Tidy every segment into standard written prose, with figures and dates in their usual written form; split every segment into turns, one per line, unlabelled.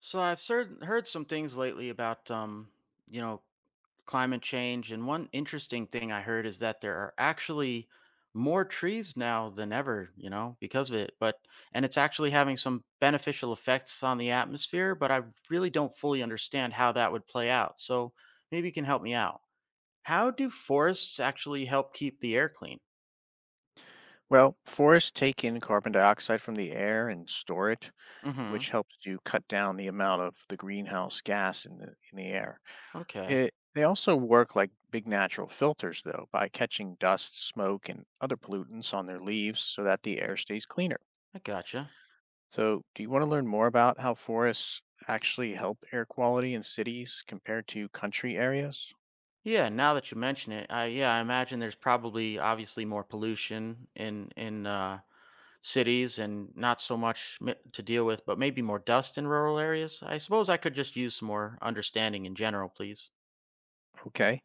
So I've heard some things lately about you know, climate change, and one interesting thing I heard is that there are actually more trees now than ever, you know, because of it. But and it's actually having some beneficial effects on the atmosphere, but I really don't fully understand how that would play out. So maybe you can help me out. How do forests actually help keep the air clean?
Well, forests take in carbon dioxide from the air and store it,
Mhm.
which helps to cut down the amount of the greenhouse gas in the air.
Okay.
They also work like big natural filters, though, by catching dust, smoke, and other pollutants on their leaves so that the air stays cleaner.
I gotcha.
So, do you want to learn more about how forests actually help air quality in cities compared to country areas?
Yeah, now that you mention it, I imagine there's probably obviously more pollution in cities and not so much to deal with, but maybe more dust in rural areas. I suppose I could just use some more understanding in general, please.
Okay.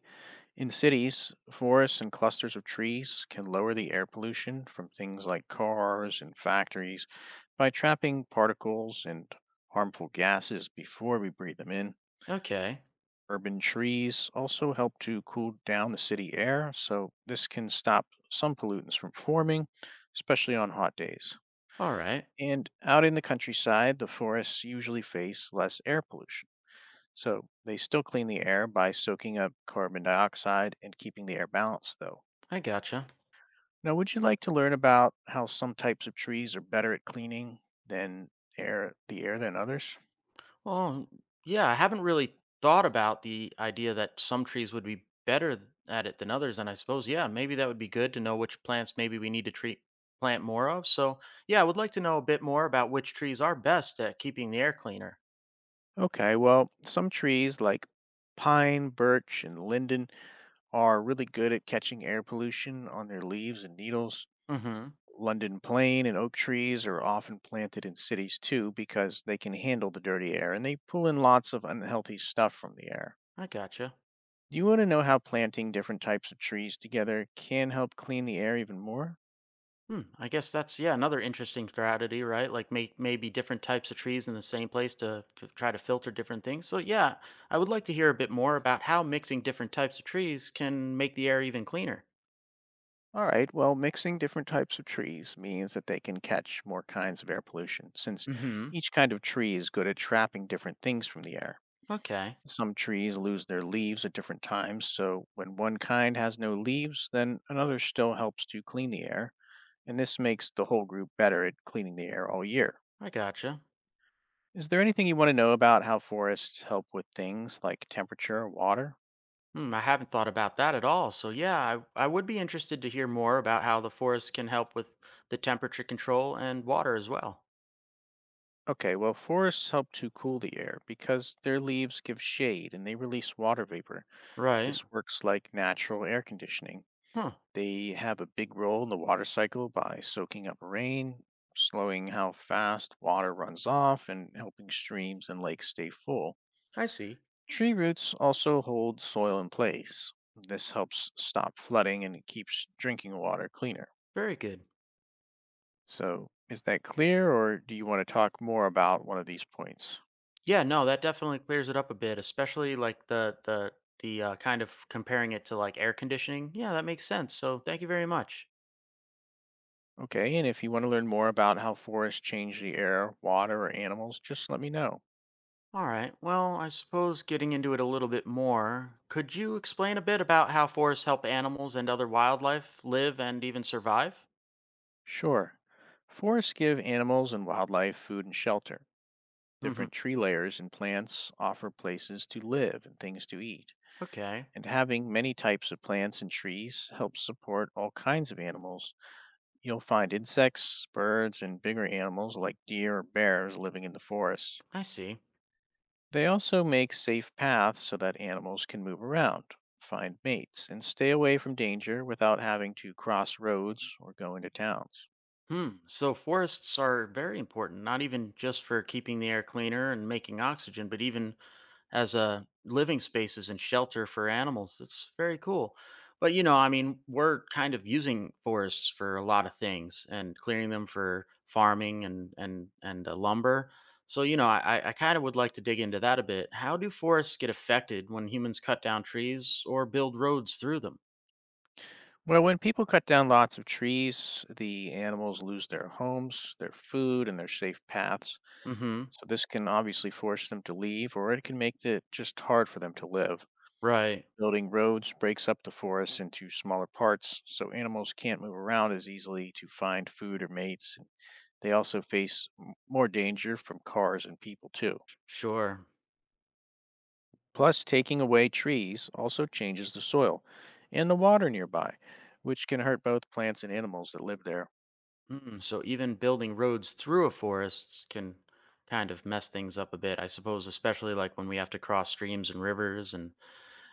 In cities, forests and clusters of trees can lower the air pollution from things like cars and factories by trapping particles and harmful gases before we breathe them in.
Okay,
Urban trees also help to cool down the city air, so this can stop some pollutants from forming, especially on hot days.
all right,
And out in the countryside, the forests usually face less air pollution. So they still clean the air by soaking up carbon dioxide and keeping the air balanced, though.
I gotcha.
Now, would you like to learn about how some types of trees are better at cleaning than air the air than others?
Well, yeah, I haven't really thought about the idea that some trees would be better at it than others. And I suppose, yeah, maybe that would be good to know which plants maybe we need to treat plant more of. So, yeah, I would like to know a bit more about which trees are best at keeping the air cleaner.
Okay, well, some trees like pine, birch, and linden are really good at catching air pollution on their leaves and needles.
Mm-hmm.
London plane and oak trees are often planted in cities too because they can handle the dirty air and they pull in lots of unhealthy stuff from the air.
I gotcha.
Do you want to know how planting different types of trees together can help clean the air even more?
Hmm. I guess that's another interesting strategy, right? Like make maybe different types of trees in the same place to try to filter different things. So yeah, I would like to hear a bit more about how mixing different types of trees can make the air even cleaner.
All right, well, mixing different types of trees means that they can catch more kinds of air pollution, since
Mm-hmm.
each kind of tree is good at trapping different things from the air.
Okay,
Some trees lose their leaves at different times, so when one kind has no leaves, then another still helps to clean the air, and this makes the whole group better at cleaning the air all year.
I gotcha.
Is there anything you want to know about how forests help with things like temperature or water?
Hmm, I haven't thought about that at all. So yeah, I would be interested to hear more about how the forest can help with the temperature control and water as well.
Okay, well, forests help to cool the air because their leaves give shade and they release water vapor.
Right.
This works like natural air conditioning.
Huh.
They have a big role in the water cycle by soaking up rain, slowing how fast water runs off, and helping streams and lakes stay full.
I see.
Tree roots also hold soil in place. This helps stop flooding and it keeps drinking water cleaner.
Very good.
So, is that clear, or do you want to talk more about one of these points?
Yeah, no, that definitely clears it up a bit, especially like the kind of comparing it to like air conditioning. Yeah, that makes sense. So thank you very much.
Okay, and if you want to learn more about how forests change the air, water, or animals, just let me know.
All right. Well, I suppose getting into it a little bit more, could you explain a bit about how forests help animals and other wildlife live and even survive?
Sure. Forests give animals and wildlife food and shelter.
Hmm.
Different tree layers and plants offer places to live and things to eat.
Okay,
And having many types of plants and trees helps support all kinds of animals. You'll find insects, birds, and bigger animals like deer or bears living in the forest.
I see.
They also make safe paths so that animals can move around, find mates, and stay away from danger without having to cross roads or go into towns.
Hmm. So forests are very important, not even just for keeping the air cleaner and making oxygen, but even as a living spaces and shelter for animals. It's very cool. But you know, I mean, we're kind of using forests for a lot of things and clearing them for farming and lumber. So you know, I kind of would like to dig into that a bit. How do forests get affected when humans cut down trees or build roads through them?
Well, when people cut down lots of trees, the animals lose their homes, their food, and their safe paths.
Mm-hmm.
So, this can obviously force them to leave, or it can make it just hard for them to live.
Right.
Building roads breaks up the forest into smaller parts, so animals can't move around as easily to find food or mates. They also face more danger from cars and people, too.
Sure.
Plus, taking away trees also changes the soil and the water nearby, which can hurt both plants and animals that live there.
Mm, so even building roads through a forest can kind of mess things up a bit, I suppose, especially like when we have to cross streams and rivers and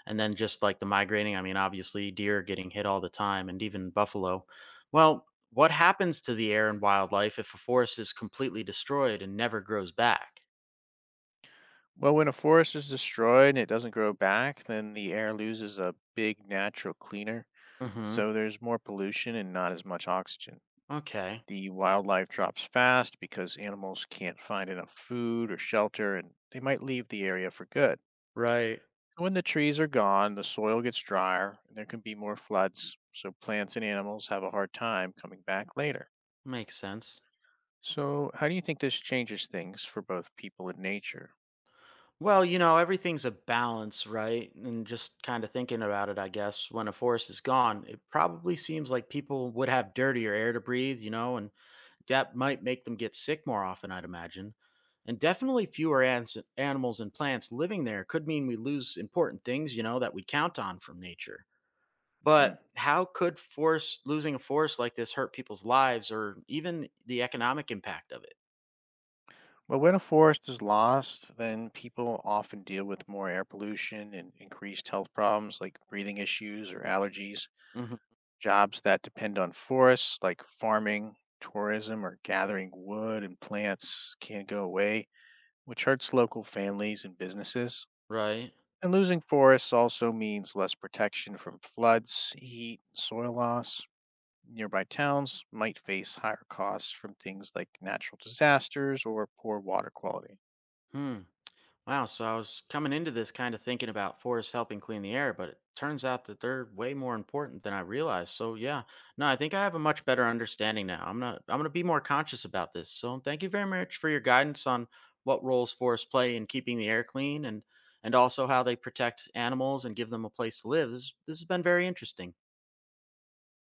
and then just like the migrating, I mean, obviously deer getting hit all the time and even buffalo. Well, what happens to the air and wildlife if a forest is completely destroyed and never grows back?
Well, when a forest is destroyed and it doesn't grow back, then the air loses a big natural cleaner,
Mhm.
so there's more pollution and not as much oxygen.
Okay.
The wildlife drops fast because animals can't find enough food or shelter and they might leave the area for good.
Right.
When the trees are gone, the soil gets drier and there can be more floods, so plants and animals have a hard time coming back later.
Makes sense.
So, how do you think this changes things for both people and nature?
Well, you know, everything's a balance, right? And just kind of thinking about it, I guess, when a forest is gone, it probably seems like people would have dirtier air to breathe, you know, and that might make them get sick more often, I'd imagine. And definitely fewer ants, animals and plants living there could mean we lose important things, you know, that we count on from nature. But
Hmm.
how could force losing a forest like this hurt people's lives or even the economic impact of it?
But when a forest is lost, then people often deal with more air pollution and increased health problems like breathing issues or allergies.
Hmm.
Jobs that depend on forests, like farming, tourism, or gathering wood and plants, can go away, which hurts local families and businesses.
Right.
And losing forests also means less protection from floods, heat, and soil loss. Nearby towns might face higher costs from things like natural disasters or poor water quality.
Hmm. Wow, so I was coming into this kind of thinking about forests helping clean the air, but it turns out that they're way more important than I realized. So yeah, no, I think I have a much better understanding now. I'm not I'm gonna be more conscious about this. So thank you very much for your guidance on what roles forests play in keeping the air clean and also how they protect animals and give them a place to live. This has been very interesting.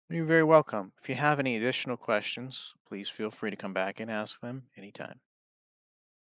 You're very welcome. If you have any additional questions, please feel free to come back and ask them anytime.